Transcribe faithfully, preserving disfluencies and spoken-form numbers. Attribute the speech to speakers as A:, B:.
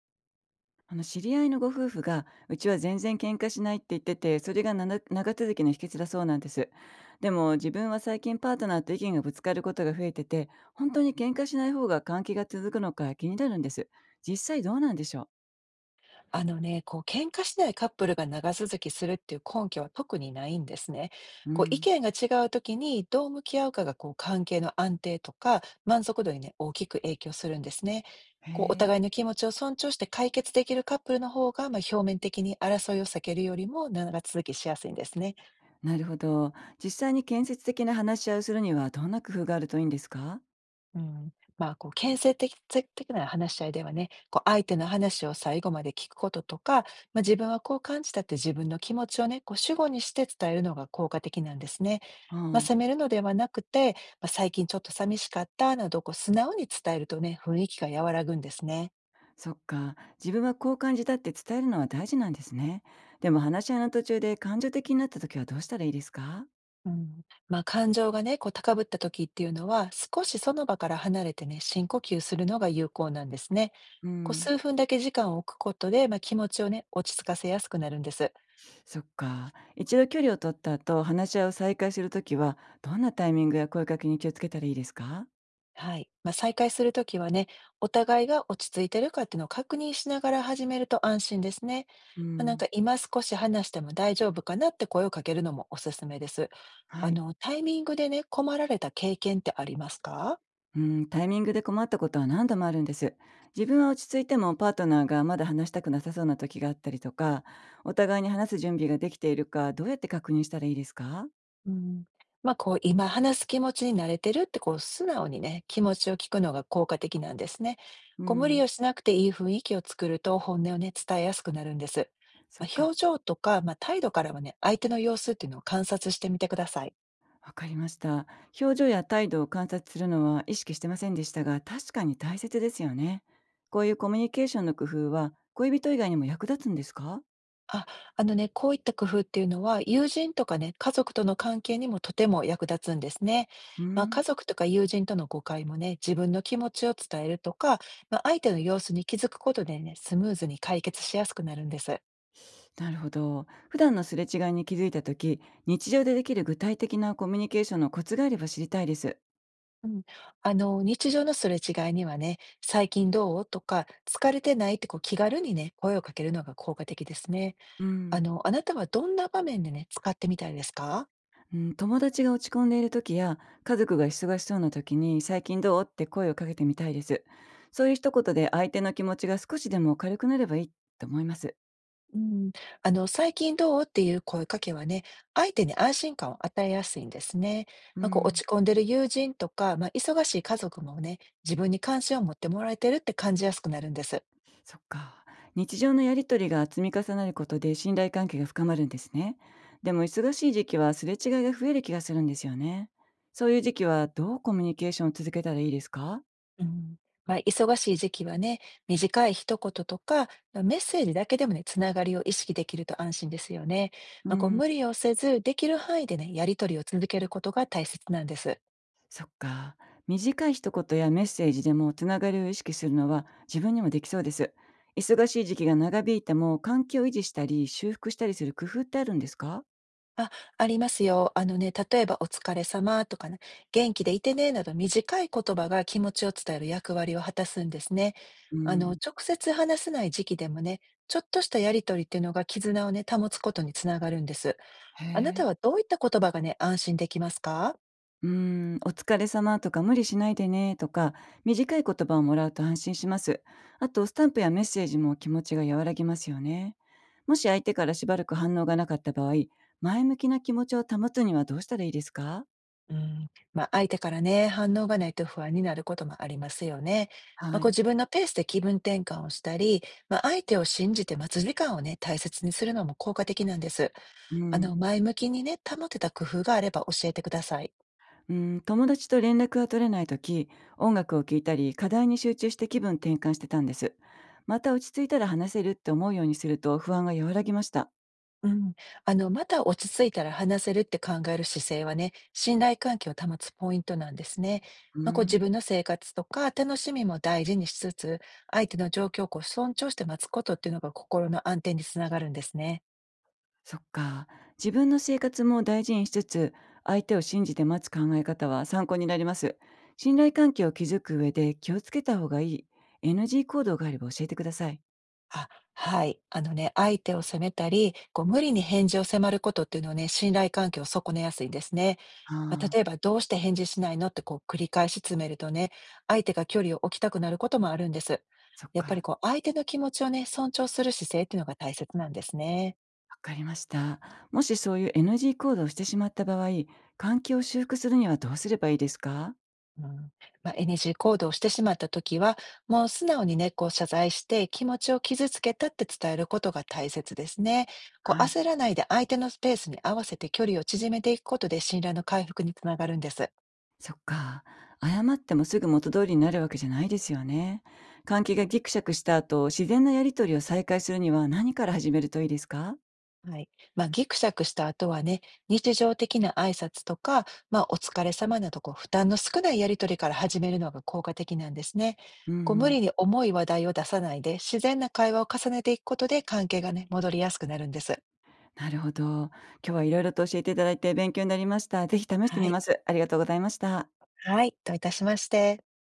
A: あの知り合いのご夫婦が、うちは全然喧嘩しないって言ってて、それがなな長続きの秘訣だそうなんです。でも自分は最近パートナーと意見がぶつかることが増えてて、本当に喧嘩しない方が関係が続くのか気になるんです。実際どうなんでしょ
B: あのね、こう喧嘩しないカップルが長続きするっていう根拠は特にないんですね。
A: うう
B: こう意
A: ん。
B: 見が違う時にどう向き合うかがこう関係の安定とか満足度にね、大きく影響するんですね。
A: へ
B: こうお
A: え。
B: 互いの気持ちを尊重して解決できるカップルの方が、まあ、表面的に争いを避けるよりも長続きしやすいんですね。
A: なるほど。実際に建設的な話し合いをするにはどんな工夫があるといいんですか？
B: うん、まあ、こう、建設的的な話し合いではね、こう、相手の話を最後まで聞くこととか、まあ、自分はこう感じたって自分の気持ちをね、こう、主語にして伝えるのが効果的なんですね。
A: う
B: まあ、
A: ん。
B: 責めるのではなくて、まあ、最近ちょっと寂しかったなど、こう、素直に伝えるとね、雰囲気が和らぐんですね。
A: そっか。自分はこう感じたって伝えるのは大事なんですね。でも話し合いの途中で感情的になった時はどうしたらいいですか？
B: うん、まあ、感情がね、こう、高ぶった時っていうのは、少しその場から離れてね、深呼吸するのが有効なんですね。
A: う
B: こう、
A: ん。
B: 数分だけ時間を置くことで、まあ、気持ちをね、落ち着かせやすくなるんです。
A: そっか。一度距離を取った後、話し合いを再開するときは、どんなタイミングや声かけに気をつけたらいいですか？
B: はい。まあ、再開するときはね、お互いが落ち着いてるかっていうのを確認しながら始めると安心ですね。
A: う
B: まあ、なん
A: ん、
B: か今少し話しても大丈夫かなって声をかけるのもおすすめです。あ
A: はい。
B: の、タイミングでね、困られた経験ってありますか？
A: うん、タイミングで困ったことは何度もあるんです。自分は落ち着いてもパートナーがまだ話したくなさそうな時があったりとか、お互いに話す準備ができているか、どうやって確認したらいいですか？
B: うん、ま、こう、今話す気持ちに慣れてるって、こう、素直にね、気持ちを聞くのが効果的なんですね。
A: う
B: こう、無理
A: ん、
B: をしなくていい雰囲気を作ると、本音をね、伝えやすくなるんです。ま
A: そっ
B: あ、表
A: か。
B: 情とか、まあ、態度からはね、相手の様子っていうのを観察してみてください。
A: わかりました。表情や態度を観察するのは意識してませんでしたが、確かに大切ですよね。こういうコミュニケーションの工夫は、恋人以外にも役立つんですか？
B: あ、あのね、こういった工夫っていうのは、友人とかね、家族との関係にもとても役立つんですね。
A: うー
B: まあ、家
A: ん、
B: 族とか友人との誤解もね、自分の気持ちを伝えるとか、まあ、相手の様子に気づくことでね、スムーズに解決しやすくなるんです。
A: なるほど。普段のすれ違いに気づいたとき、日常でできる具体的なコミュニケーションのコツがあれば知りたいです。
B: うん、あの、日常のすれ違いにはね、最近どうとか、疲れてないってこう気軽にね、声をかけるのが効果的ですね。
A: う
B: あ
A: ん。
B: の、あなたはどんな場面でね、使ってみたいですか？
A: うん、友達が落ち込んでいるときや、家族が忙しそうなときに、最近どうって声をかけてみたいです。そういう一言で相手の気持ちが少しでも軽くなればいいと思います。
B: うん、あの、最近どうっていう声かけはね、相手に安心感を与えやすいんですね。
A: う
B: まあ、こう落
A: ん。
B: ち込んでる友人とか、まあ、忙しい家族もね、自分に関心を持ってもらえてるって感じやすくなるんです。
A: そっか。日常のやりとりが積み重なることで信頼関係が深まるんですね。でも忙しい時期はすれ違いが増える気がするんですよね。そういう時期はどうコミュニケーションを続けたらいいですか？
B: うん。まあ、忙しい時期はね、短い一言とか、メッセージだけでもね、つながりを意識できると安心ですよね。
A: う
B: まあ、こう
A: ん、
B: 無理をせず、できる範囲でね、やりとりを続けることが大切なんです。
A: そっか。短い一言やメッセージでもつながりを意識するのは自分にもできそうです。忙しい時期が長引いても関係を維持したり修復したりする工夫ってあるんですか？
B: あ、ありますよ。あのね、例えばお疲れ様とかね、元気でいてね、など短い言葉が気持ちを伝える役割を果たすんですね。
A: う
B: あの、
A: ん。
B: 直接話せない時期でもね、ちょっとしたやりとりっていうのが絆をね、保つことにつながるんです。
A: へ
B: あな
A: え。
B: たはどういった言葉がね、安心できますか？
A: うーん、お疲れ様とか無理しないでねとか、短い言葉をもらうと安心します。あと、スタンプやメッセージも気持ちが和らぎますよね。もし相手からしばらく反応がなかった場合、前向きな気持ちを保つにはどうしたらいいですか？
B: うん、まあ、相手からね、反応がないと不安になることもありますよね。まあ、
A: は
B: こう
A: い。
B: 自分のペースで気分転換をしたり、まあ、相手を信じて待つ時間をね、大切にするのも効果的なんです。
A: う
B: あの、
A: ん。
B: 前向きにね、保てた工夫があれば教えてください。
A: うん、友達と連絡が取れない時、音楽を聴いたり、課題に集中して気分転換してたんです。また落ち着いたら話せるって思うようにすると不安が和らぎました。
B: うん、あの、また落ち着いたら話せるって考える姿勢はね、信頼関係を保つポイントなんですね。
A: う
B: まあ、こう
A: ーん。
B: 自分の生活とか楽しみも大事にしつつ、相手の状況をこう尊重して待つことっていうのが心の安定につながるんですね。
A: そっか。自分の生活も大事にしつつ、相手を信じて待つ考え方は参考になります。信頼関係を築く上で気をつけた方がいい エヌジー 行動があれば教えてください。
B: あ、はい。あのね、相手を責めたり、こう無理に返事を迫ることっていうのはね、信頼関係を損ねやすいんですね。まあ、
A: あ
B: 例え
A: あ、
B: ば「どうして返事しないの？」ってこう繰り返し詰めるとね、相手が距離を置きたくなることもあるんです。
A: そっ
B: やっぱり
A: か。
B: こう相手の気持ちをね、尊重する姿勢っていうのが大切なんですね。
A: わかりました。もしそういう エヌジー 行動をしてしまった場合、関係を修復するにはどうすればいいですか？
B: うん。まあ、エヌジー 行動をしてしまった時は、もう素直にね、こう謝罪して気持ちを傷つけたって伝えることが大切ですね。こう
A: はい。
B: 焦らないで相手のスペースに合わせて距離を縮めていくことで信頼の回復につながるんです。
A: そっか。謝ってもすぐ元通りになるわけじゃないですよね。関係がギクシャクした後、自然なやりとりを再開するには何から始めるといいですか？
B: はい。まあ、ギクシャクした後はね、日常的な挨拶とか、まあ、お疲れ様など、こう、負担の少ないやりとりから始めるのが効果的なんですね。
A: う
B: こう、無
A: ん。
B: 理に重い話題を出さないで、自然な会話を重ねていくことで関係がね、戻りやすくなるんです。
A: なるほど。今日はいろいろと教えていただいて勉強になりました。ぜひ試して
B: は
A: み
B: い。
A: ます。ありがとうございました。
B: はい。どういたしまして。